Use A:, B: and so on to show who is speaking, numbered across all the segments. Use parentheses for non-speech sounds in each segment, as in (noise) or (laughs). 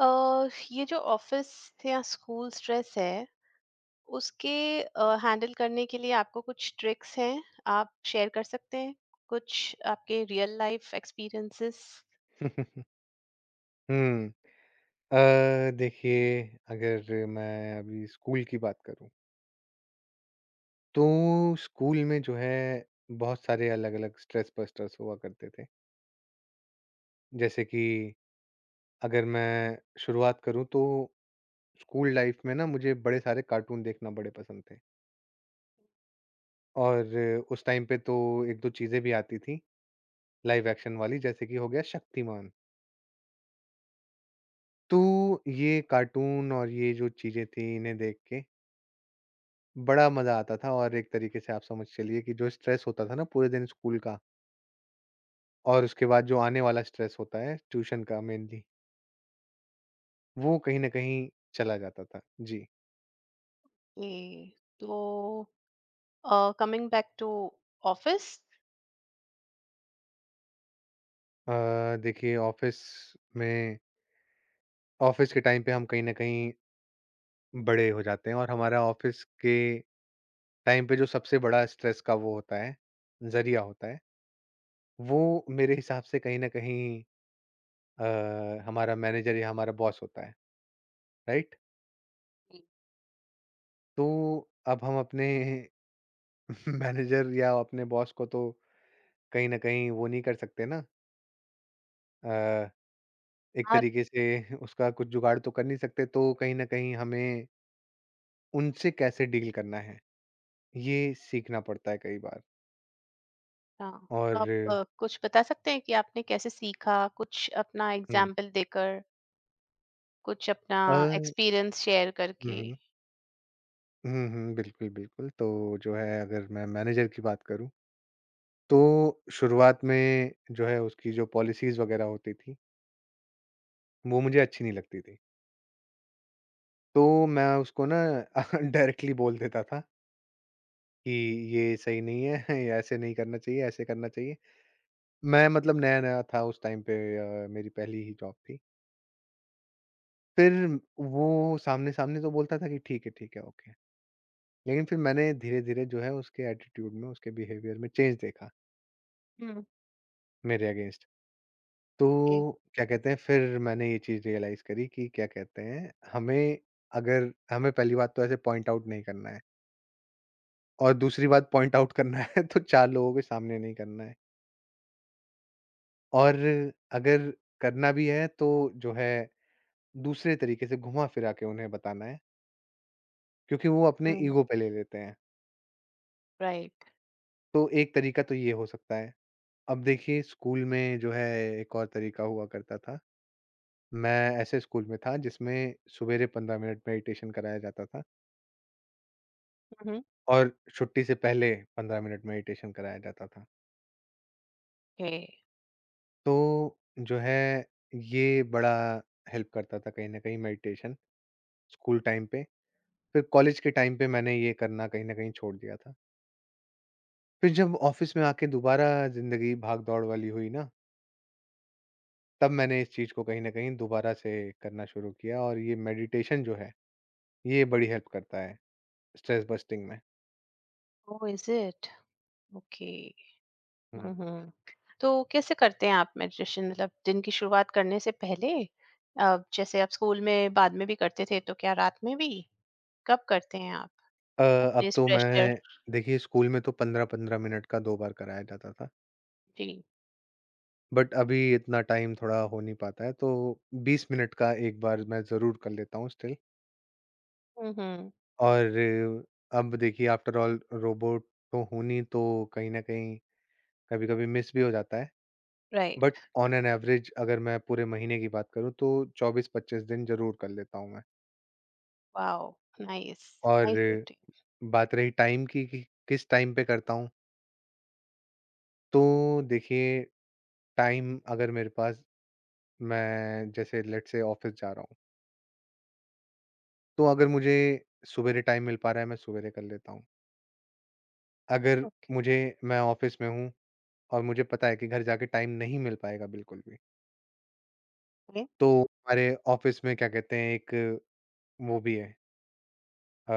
A: ये जो ऑफिस या स्कूल स्ट्रेस है उसके हैंडल करने के लिए आपको कुछ ट्रिक्स हैं, आप शेयर कर सकते हैं, कुछ आपके रियल लाइफ एक्सपीरियंसेस।
B: (laughs) हुँ। देखिए अगर मैं अभी स्कूल की बात करूँ, तो स्कूल में जो है बहुत सारे अलग-अलग स्ट्रेस बस्टर्स हुआ करते थे। जैसे कि अगर मैं शुरुआत करूँ तो स्कूल लाइफ़ में ना मुझे बड़े सारे कार्टून देखना बड़े पसंद थे और उस टाइम पे तो 1-2 चीज़ें भी आती थी लाइव एक्शन वाली, जैसे कि हो गया शक्तिमान। तो ये कार्टून और ये जो चीज़ें थी इन्हें देख के बड़ा मज़ा आता था और एक तरीके से आप समझ चलिए कि जो स्ट्रेस होता था ना पूरे दिन स्कूल का और उसके बाद जो आने वाला स्ट्रेस होता है ट्यूशन का मेनली, वो कहीं न कहीं चला जाता था। जी।
A: ए, तो कमिंग बैक टू ऑफिस।
B: देखिए में ऑफ़िस के टाइम पे हम कहीं न कहीं बड़े हो जाते हैं और हमारा ऑफ़िस के टाइम पे जो सबसे बड़ा स्ट्रेस का वो होता है, ज़रिया होता है, वो मेरे हिसाब से कहीं न कहीं अ, हमारा मैनेजर या हमारा बॉस होता है, राइट? तो अब हम अपने (laughs) मैनेजर या अपने बॉस को तो कहीं न कहीं वो नहीं कर सकते ना, अ, एक
A: आप।
B: तरीके से (laughs) उसका कुछ जुगाड़ तो कर नहीं सकते, तो कहीं न कहीं हमें उनसे कैसे डील करना है, ये सीखना पड़ता है कई बार।
A: हाँ, तो आप
B: और
A: कुछ बता सकते हैं कि आपने कैसे सीखा, कुछ अपना
B: हुँ,
A: एग्जाम्पल देकर, कुछ अपना
B: अ,
A: एक्सपीरियंस शेयर
B: हुँ,
A: करके।
B: हुँ। हुँ, हुँ, बिल्कुल, बिल्कुल। तो जो है अगर मैं मैनेजर की बात करूँ, तो शुरुआत में जो है उसकी जो पॉलिसीज़ वग़ैरह होती थी, वो मुझे अच्छी नहीं लगती थी। तो मैं उसको ना (laughs) डायरेक्टली बोल देता था कि ये सही नहीं है, (laughs) या ऐसे नहीं करना चाहिए, ऐसे करना चाहिए। मैं मतलब नया-नया था उस टाइम पे। मेरी पहली ही जॉब थी। फिर वो सामने-सामने तो बोलता था कि ठीक है, ओके। लेकिन फिर मैंने धीरे-धीरे जो है उसके एटीट्यूड में, उसके बिहेवियर में चेंज देखा
A: हम्म।
B: मेरे अगेंस्ट। तो
A: Okay.
B: क्या कहते हैं, फिर मैंने ये चीज़ रियलाइज़ करी कि क्या कहते हैं, हमें अगर हमें पहली बात तो ऐसे पॉइंट आउट नहीं करना है और दूसरी बात पॉइंट आउट करना है (laughs) तो 4 लोगों के सामने नहीं करना है। और अगर करना भी है तो जो है दूसरे तरीके से घुमा-फिरा के उन्हें बताना है, क्योंकि वो अपने
A: Mm,
B: ईगो पे ले लेते हैं।
A: right.
B: तो एक तरीका तो ये हो सकता है। अब देखिए स्कूल में जो है एक और तरीका हुआ करता था। मैं ऐसे स्कूल में था जिसमें सवेरे 15 मिनट मेडिटेशन कराया जाता था
A: Mm-hmm.
B: और छुट्टी से पहले 15 मिनट मेडिटेशन कराया जाता था।
A: Okay.
B: तो जो है ये बड़ा हेल्प करता था कहीं न कहीं मेडिटेशन स्कूल टाइम पे। फिर कॉलेज के टाइम पे मैंने ये करना कहीं न कहीं छोड़ दिया था। फिर जब ऑफ़िस में आके दोबारा ज़िंदगी भाग-दौड़ वाली हुई ना, तब मैंने इस चीज़ को कहीं न कहीं दोबारा से करना शुरू किया और ये मेडिटेशन जो है, ये बड़ी हेल्प करता है स्ट्रेस बस्टिंग में।
A: Oh, is it? Okay.
B: हुँ।
A: हुँ, हुँ। तो कैसे करते हैं आप मेडिटेशन, मतलब दिन की शुरुआत करने से पहले? जैसे आप स्कूल में बाद में भी करते थे, तो क्या रात में भी? कब करते हैं आप
B: अ, अब
A: अपने इस
B: तो मैं
A: प्रेशर?
B: देखिए स्कूल में तो 15-15 मिनट का 2 बार कराया जाता था,
A: जी।
B: बट अभी इतना टाइम थोड़ा हो नहीं पाता है, तो 20 मिनट का एक बार मैं ज़रूर कर लेता हूँ स्टिल।
A: हुँ, हुँ।
B: और अब देखिए आफ्टर ऑल रोबोट तो हूँ नहीं, तो कहीं न कहीं कभी-कभी मिस भी हो जाता है। But
A: right.
B: On an average अगर मैं पूरे महीने की बात करूँ तो 24-25 दिन ज़रूर कर लेता हूँ मैं।
A: वाओ! नाइस, नाइस
B: और
A: रूटीन।
B: बात रही टाइम की कि किस टाइम पे करता हूँ, तो देखिए टाइम अगर मेरे पास मैं जैसे लेट्स से ऑफ़िस जा रहा हूँ, तो अगर मुझे सुबेरे टाइम मिल पा रहा है मैं सुबेरे कर लेता हूँ। अगर
A: ओके।
B: मुझे मैं ऑफ़िस में हूँ और मुझे पता है कि घर जाके टाइम नहीं मिल पाएगा बिल्कुल भी,
A: हुँ,
B: तो हमारे ऑफ़िस में क्या कहते हैं एक वो भी है, अ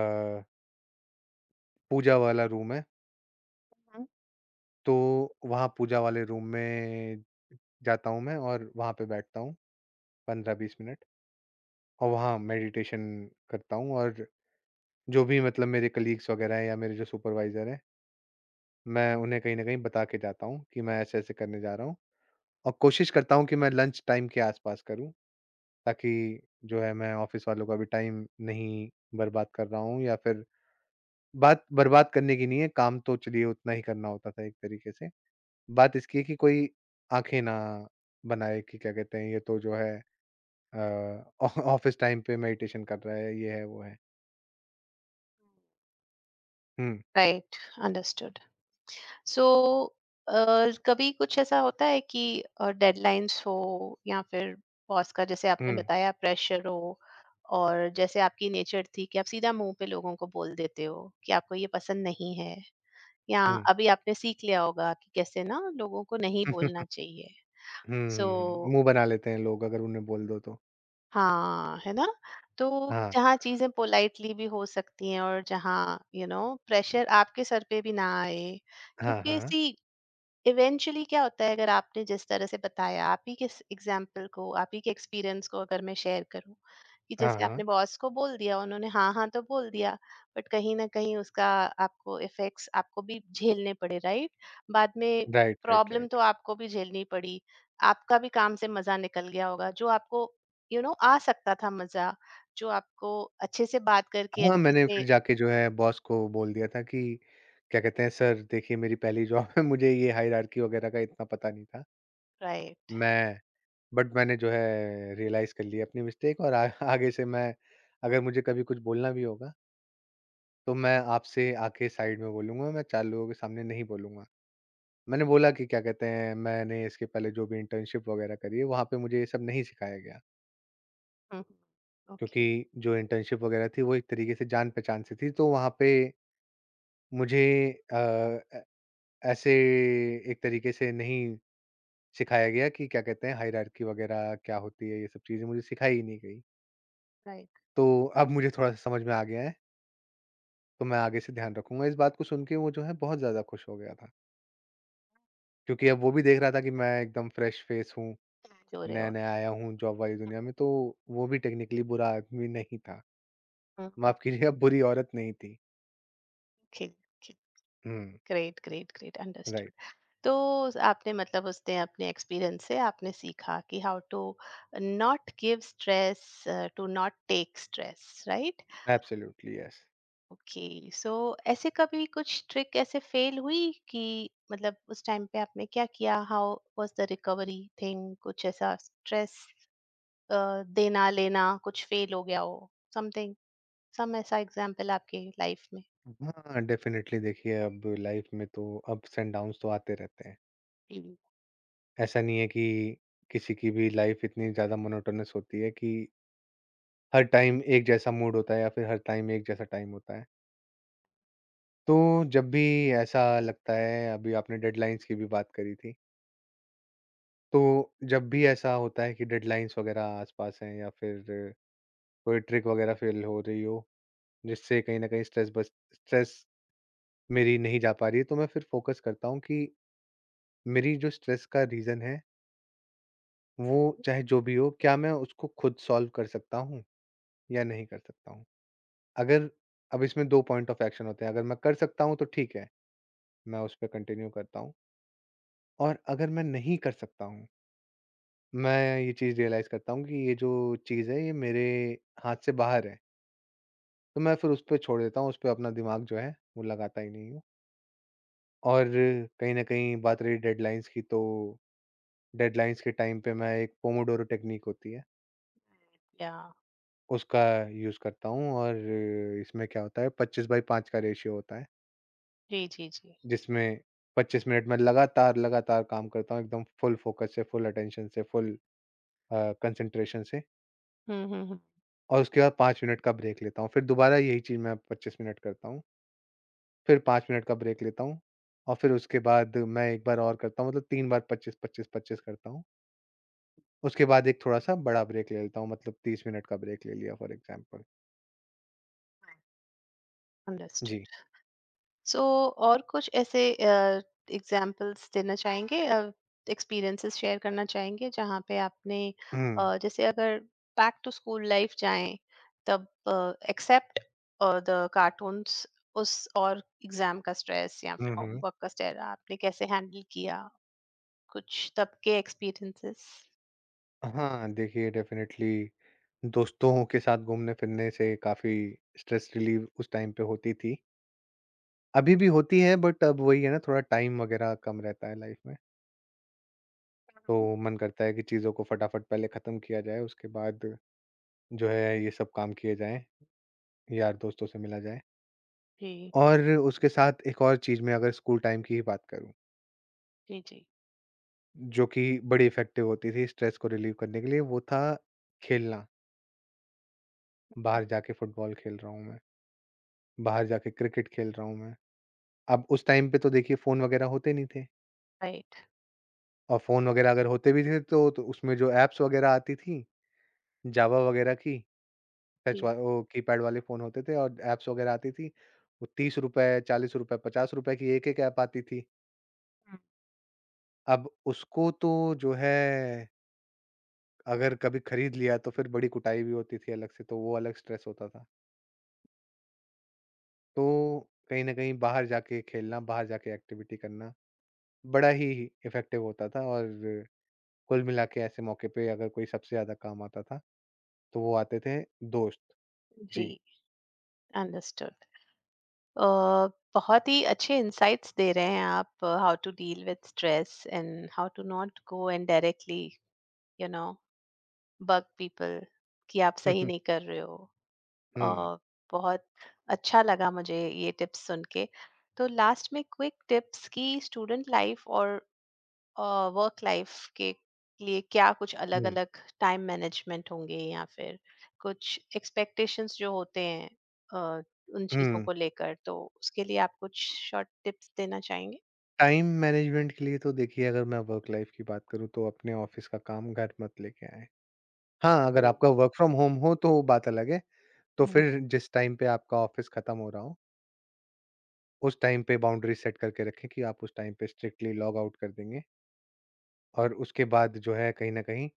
B: पूजा वाला रूम है,
A: हुँ।
B: तो वहाँ पूजा वाले रूम में जाता हूँ मैं और वहाँ पे बैठता हूँ 15-20 मिनट और वहाँ मेडिटेशन करता हूँ और जो भी मतलब मेरे कलीग्स वगैरह हैं या मेरे जो सुपरवाइज़र हैं, मैं उन्हें कहीं न कहीं बता के जाता हूँ कि मैं ऐसे-ऐसे करने जा रहा हूँ और कोशिश करता हूँ कि मैं लंच टाइम के आस-पास करूँ, ताकि जो है मैं ऑफ़िस वालों का भी टाइम नहीं बर्बाद कर रहा हूँ या फिर बात बर्बाद करने की नहीं है, काम तो चलिए उतना ही करना होता था एक तरीके से। बात इसकी है कि कोई आँखें ना बनाए कि क्या कहते हैं, ये तो जो है अ, (laughs) ऑ ऑफ़िस टाइम पे मेडिटेशन कर रहा है, ये है, वो है। हुँ,
A: राइट, अंडरस्टूड। सो अ, कभी कुछ ऐसा होता है कि डेडलाइंस हो या फिर बॉस का, जैसे आपने
B: हुँ,
A: बताया, प्रेशर हो, और जैसे आपकी नेचर थी कि आप सीधा मुंह पे लोगों को बोल देते हो कि आपको ये पसंद नहीं है, या
B: हुँ।
A: अभी आपने सीख लिया होगा कि कैसे ना लोगों को नहीं बोलना चाहिए। सो
B: हुँ, मुँह (laughs) बना लेते हैं लोग अगर उन्हें बोल दो तो।
A: हाँ, है ना? तो
B: हाँ,
A: जहाँ चीजें पोलाइटली भी हो सकती हैं और जहाँ प्रेशर आपके सर पे भी ना आए।
B: हाँ,
A: क्योंकि
B: हाँ।
A: ऐसी इवेंचुअली क्या होता है, अगर आपने जिस तरह से बताया, आप ही के एग्जाम्पल को, आप ही के एक्सपीरियंस को अगर मैं शेयर करूं, कि
B: हाँ,
A: जैसे
B: हाँ।
A: आपने बॉस को बोल दिया, उन्होंने हाँ हाँ तो बोल दिया, बट कहीं ना कहीं उसका आपको इफेक्ट्स आपको भी झेलने पड़े, राइट, बाद में।
B: Right, right,
A: problem
B: right.
A: तो आपको भी झेलनी पड़ी, आपका भी काम से मजा निकल गया होगा, जो आपको यू you नो know, आ सकता था मजा जो आपको अच्छे से बात करके
B: हाँ,
A: अच्छे
B: मैंने फिर
A: से।
B: जाके जो है बॉस को बोल दिया था कि क्या कहते हैं, सर देखिए मेरी पहली जॉब है, (laughs) मुझे ये हायरार्की वगैरह का इतना पता नहीं था।
A: राइट।
B: मैं बट मैंने जो है रियलाइज़ कर लिया अपनी मिस्टेक और आ (laughs) आगे से मैं अगर मुझे कभी कुछ बोलना भी होगा, तो मैं आपसे आके साइड में बोलूँगा, मैं 4 लोगों के सामने नहीं बोलूँगा। मैंने बोला कि क्या कहते हैं, मैंने इसके पहले जो भी इंटर्नशिप वगैरह करी है, वहाँ पे मुझे ये सब नहीं सिखाया गया।
A: हम्म।
B: क्योंकि
A: ओके।
B: जो इंटर्नशिप वगैरह थी, वो एक तरीके से जान-पहचान से थी, तो वहाँ पे मुझे अ, ए ऐसे एक तरीके से नहीं सिखाया गया कि क्या कहते हैं हायरार्की वगैरह क्या होती है, ये सब चीज़ें मुझे सिखाई ही नहीं गई।
A: राइट,
B: तो अब मुझे थोड़ा-सा समझ में आ गया है, तो मैं आगे से ध्यान रखूँगा। इस बात को सुन के वो जो है बहुत ज़्यादा खुश हो गया था, क्योंकि अब वो भी देख रहा था कि मैं एकदम फ्रेश फेस हूँ,
A: जो रहे हो आप।
B: नया-नया आया हूँ जॉब वाली दुनिया में, तो वो भी टेक्निकली बुरा आदमी नहीं था।
A: हम्म, हम्म,
B: माफ़ कीजिए, अब बुरी औरत नहीं थी।
A: ठीक, ठीक।
B: हुँ,
A: great, great, great,
B: right,
A: understood. तो आपने मतलब उसने अपने एक्सपीरियंस से आपने सीखा कि how to not give stress, to not take stress, right?
B: Absolutely yes.
A: Okay. So ऐसे कभी कुछ ट्रिक ऐसे फेल हुई कि मतलब उस टाइम पे आपने क्या किया, how was the recovery thing? कुछ ऐसा स्ट्रेस देना लेना कुछ फेल हो गया हो, समथिंग, सम ऐसा एग्जांपल आपके लाइफ में?
B: हाँ, डेफिनिटली देखिए अब लाइफ़ में तो अप्स एंड डाउन्स तो आते रहते हैं। ऐसा नहीं है कि किसी की भी लाइफ़ इतनी ज़्यादा मोनोटोनस होती है कि हर टाइम एक जैसा मूड होता है या फिर हर टाइम एक जैसा टाइम होता है। तो जब भी ऐसा लगता है, अभी आपने डेडलाइंस की भी बात करी थी, तो जब भी ऐसा होता है कि डेडलाइंस वगैरह आस-पास हैं या फिर कोई ट्रिक वगैरह फ़ेल हो रही हो, जिससे कहीं न कहीं स्ट्रेस मेरी नहीं जा पा रही है, तो मैं फिर फ़ोकस करता हूँ कि मेरी जो स्ट्रेस का रीज़न है, वो चाहे जो भी हो, क्या मैं उसको खुद सॉल्व कर सकता हूँ या नहीं कर सकता हूँ? अगर अब इसमें 2 पॉइंट ऑफ एक्शन होते हैं, अगर मैं कर सकता हूँ तो ठीक है, मैं उस पे कंटिन्यू करता हूँ और अगर मैं नहीं कर सकता हूँ मैं ये चीज़ रियलाइज़ करता हूँ कि ये जो चीज़ है ये मेरे हाथ से बाहर है। तो मैं फिर उस पे छोड़ देता हूँ, उस पे अपना दिमाग जो है वो लगाता ही नहीं हूँ। और कहीं न कहीं बात रही डेडलाइन्स की, तो डेडलाइन्स के टाइम पे मैं एक पोमोडोरो टेक्निक होती है,
A: या।
B: उसका यूज़ करता हूँ और इसमें क्या होता है 25 बाई 5 का रेशियो होता है,
A: जी, जी, जी।
B: जिसमें 25 मिनट में लगातार, लगातार काम करता हूँ एकदम फुल फ़ोकस से, फुल अटेंशन से, फुल कंसंट्रेशन से।
A: हम्म, हम्म, हम्म।
B: और उसके बाद 5 मिनट का ब्रेक लेता हूँ। फिर दोबारा यही चीज़ मैं 25 मिनट करता हूँ, फिर 5 मिनट का ब्रेक लेता हूँ और फिर उसके बाद मैं 1 बार और करता हूँ, मतलब 3 बार 25-25-25 करता हूँ। उसके बाद एक थोड़ा-सा बड़ा ब्रेक ले लेता हूँ, मतलब 30 मिनट का ब्रेक ले लिया फॉर एग्ज़ाम्पल। जी।
A: अंडरस्टूड। सो और कुछ ऐसे एग्जाम्पल्स देना चाहेंगे, एक्सपीरियंसेस शेयर करना चाहेंगे जहाँ पे आपने,
B: हुँ।
A: जैसे अगर बैक टू स्कूल लाइफ जाएं, तब एक्सेप्ट द कार्टून्स उस और एग्जाम का स्ट्रेस या फिर
B: हुँ, हुँ।
A: होमवर्क का स्ट्रेस आपने कैसे हैंडल किया? कुछ तब के एक्सपीरियंसेस।
B: हाँ, देखिए डेफ़िनेटली दोस्तों के साथ घूमने-फिरने से काफ़ी स्ट्रेस रिलीव उस टाइम पे होती थी। अभी भी होती है, बट अब वही है ना, थोड़ा टाइम वग़ैरह कम रहता है लाइफ़ में। तो मन करता है कि चीज़ों को फटाफट पहले ख़त्म किया जाए, उसके बाद जो है ये सब काम किए जाएँ, यार-दोस्तों से मिला जाए।
A: जी,
B: और उसके साथ एक और चीज़ मैं अगर स्कूल टाइम की ही बात करूँ,
A: जी, जी।
B: जो कि बड़ी इफ़ेक्टिव होती थी स्ट्रेस को रिलीव करने के लिए, वो था खेलना। बाहर जाके फुटबॉल खेल रहा हूँ मैं, बाहर जाके क्रिकेट खेल रहा हूँ मैं। अब उस टाइम पे तो देखिए फ़ोन वगैरह होते नहीं थे
A: राइट।
B: और फ़ोन वगैरह अगर होते भी थे तो उसमें जो ऐप्स वगैरह आती थी, जावा वगैरह की, टच
A: जी,
B: वा वो कीपैड वाले फ़ोन होते थे और ऐप्स वगैरह आती थी। वो ₹30, ₹40, ₹50 की एक-एक ऐप आती थी। अब उसको तो जो है अगर कभी खरीद लिया तो फिर बड़ी कुटाई भी होती थी अलग से, तो वो अलग स्ट्रेस होता था। तो कहीं न कहीं बाहर जाके खेलना, बाहर जाके एक्टिविटी करना बड़ा ही इफ़ेक्टिव होता था और कुल मिला के ऐसे मौके पे अगर कोई सबसे ज़्यादा काम आता था, तो वो आते थे दोस्त।
A: जी।
B: जी।
A: अंडरस्टूड। अ, बहुत ही अच्छे इंसाइट्स दे रहे हैं आप, how to deal with stress and how to not go and directly you know bug people कि आप सही
B: (laughs)
A: नहीं कर रहे हो।
B: हुँ,
A: अ,
B: हुँ। हुँ।
A: बहुत अच्छा लगा मुझे ये टिप्स सुन के। तो लास्ट में क्विक टिप्स कि स्टूडेंट लाइफ और वर्क लाइफ के लिए क्या कुछ अलग
B: हुँ।
A: अलग टाइम मैनेजमेंट होंगे या फिर कुछ एक्सपेक्टेशंस जो होते हैं, अ, उन चीजों
B: हुँ।
A: को लेकर, तो उसके लिए आप कुछ शॉर्ट टिप्स देना चाहेंगे?
B: टाइम मैनेजमेंट के लिए तो देखिए अगर मैं वर्क लाइफ की बात करूँ तो अपने ऑफिस का काम घर मत लेके आएँ। हाँ, अगर
A: हम्म,
B: आपका वर्क फ्रॉम होम हो तो बात अलग है। तो
A: हम्म,
B: फिर जिस टाइम पे आपका ऑफिस खत्म हो रहा हो, उस टाइम पे बाउंड्री सेट करके रखें कि आप उस टाइम पे स्ट्रिक्टली लॉग आउट कर देंगे और उसके बाद जो है कहीं न कहीं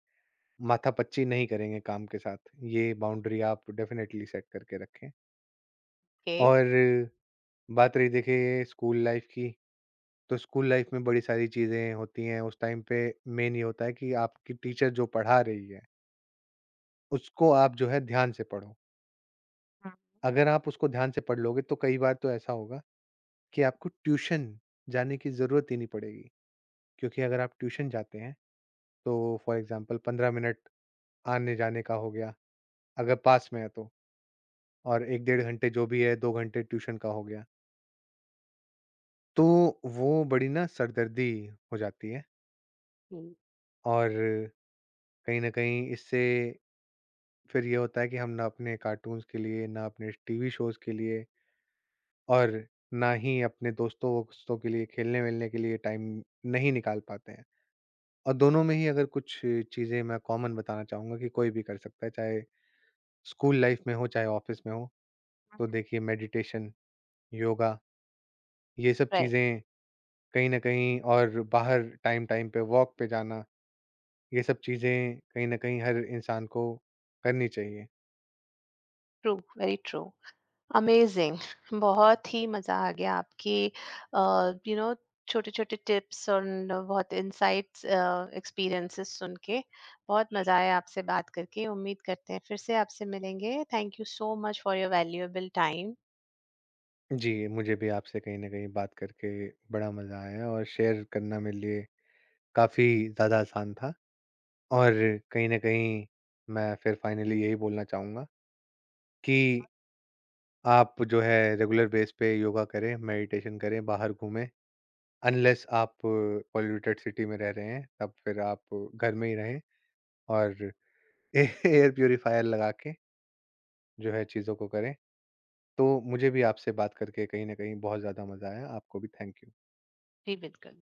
B: माथापच्ची नहीं करेंगे काम के साथ। ये बाउंड्री आप डेफिनिटली सेट करके रखें।
A: ओके।
B: और बात रही देखिए स्कूल लाइफ की, तो स्कूल लाइफ में बड़ी सारी चीज़ें होती हैं, उस टाइम पे मेन ये होता है कि आपकी टीचर जो पढ़ा रही है, उसको आप जो है ध्यान से पढ़ो। अगर आप उसको ध्यान से पढ़ लोगे तो कई बार तो ऐसा होगा कि आपको ट्यूशन जाने की ज़रूरत ही नहीं पड़ेगी। क्योंकि अगर आप ट्यूशन जाते हैं तो फॉर एग्ज़ाम्पल 15 मिनट आने-जाने का हो गया, अगर पास में है तो, और 1 डेढ़ घंटे जो भी है 2 घंटे ट्यूशन का हो गया। तो वो बड़ी ना सरदर्दी हो जाती है
A: हम्म।
B: और कहीं न कहीं इससे फिर ये होता है कि हम ना अपने कार्टून्स के लिए, ना अपने टीवी शोज़ के लिए और ना ही अपने दोस्तों-वोस्तों के लिए खेलने-वेलने के लिए टाइम नहीं निकाल पाते हैं। और दोनों में ही अगर कुछ चीज़ें मैं कॉमन बताना चाहूँगा कि कोई भी कर सकता है, चाहे स्कूल लाइफ़ में हो, चाहे ऑफ़िस में हो। तो देखिए मेडिटेशन, योगा, ये सब
A: राइट।
B: चीज़ें कहीं न कहीं, और बाहर टाइम-टाइम पे वॉक पे जाना, ये सब चीज़ें कहीं न कहीं हर इंसान को करनी चाहिए।
A: True, very true. अमेजिंग! बहुत ही मज़ा आ गया आपकी अ, यू नो छोटे-छोटे टिप्स और न बहुत इनसाइट्स, एक्सपीरियंसेस सुन के। बहुत मज़ा आया आपसे बात करके। उम्मीद करते हैं फिर से आपसे मिलेंगे। Thank you so much for your valuable time.
B: जी, मुझे भी आपसे कहीं न कहीं बात करके बड़ा मज़ा आया और शेयर करना मेरे लिए काफ़ी ज़्यादा आसान था। और कहीं न कहीं मैं फिर फाइनली यही बोलना चाहूँगा कि आप जो है रेगुलर बेस पे योगा करें, मेडिटेशन करें, बाहर घूमें। अनलेस आप पॉल्यूटेड सिटी में रह रहे हैं, तब फिर आप घर में ही रहें और (laughs) एयर प्यूरिफायर लगा के जो है चीज़ों को करें। तो मुझे भी आपसे बात करके कहीं न कहीं बहुत ज़्यादा मज़ा आया। आपको भी थैंक यू।
A: जी, बिल्कुल।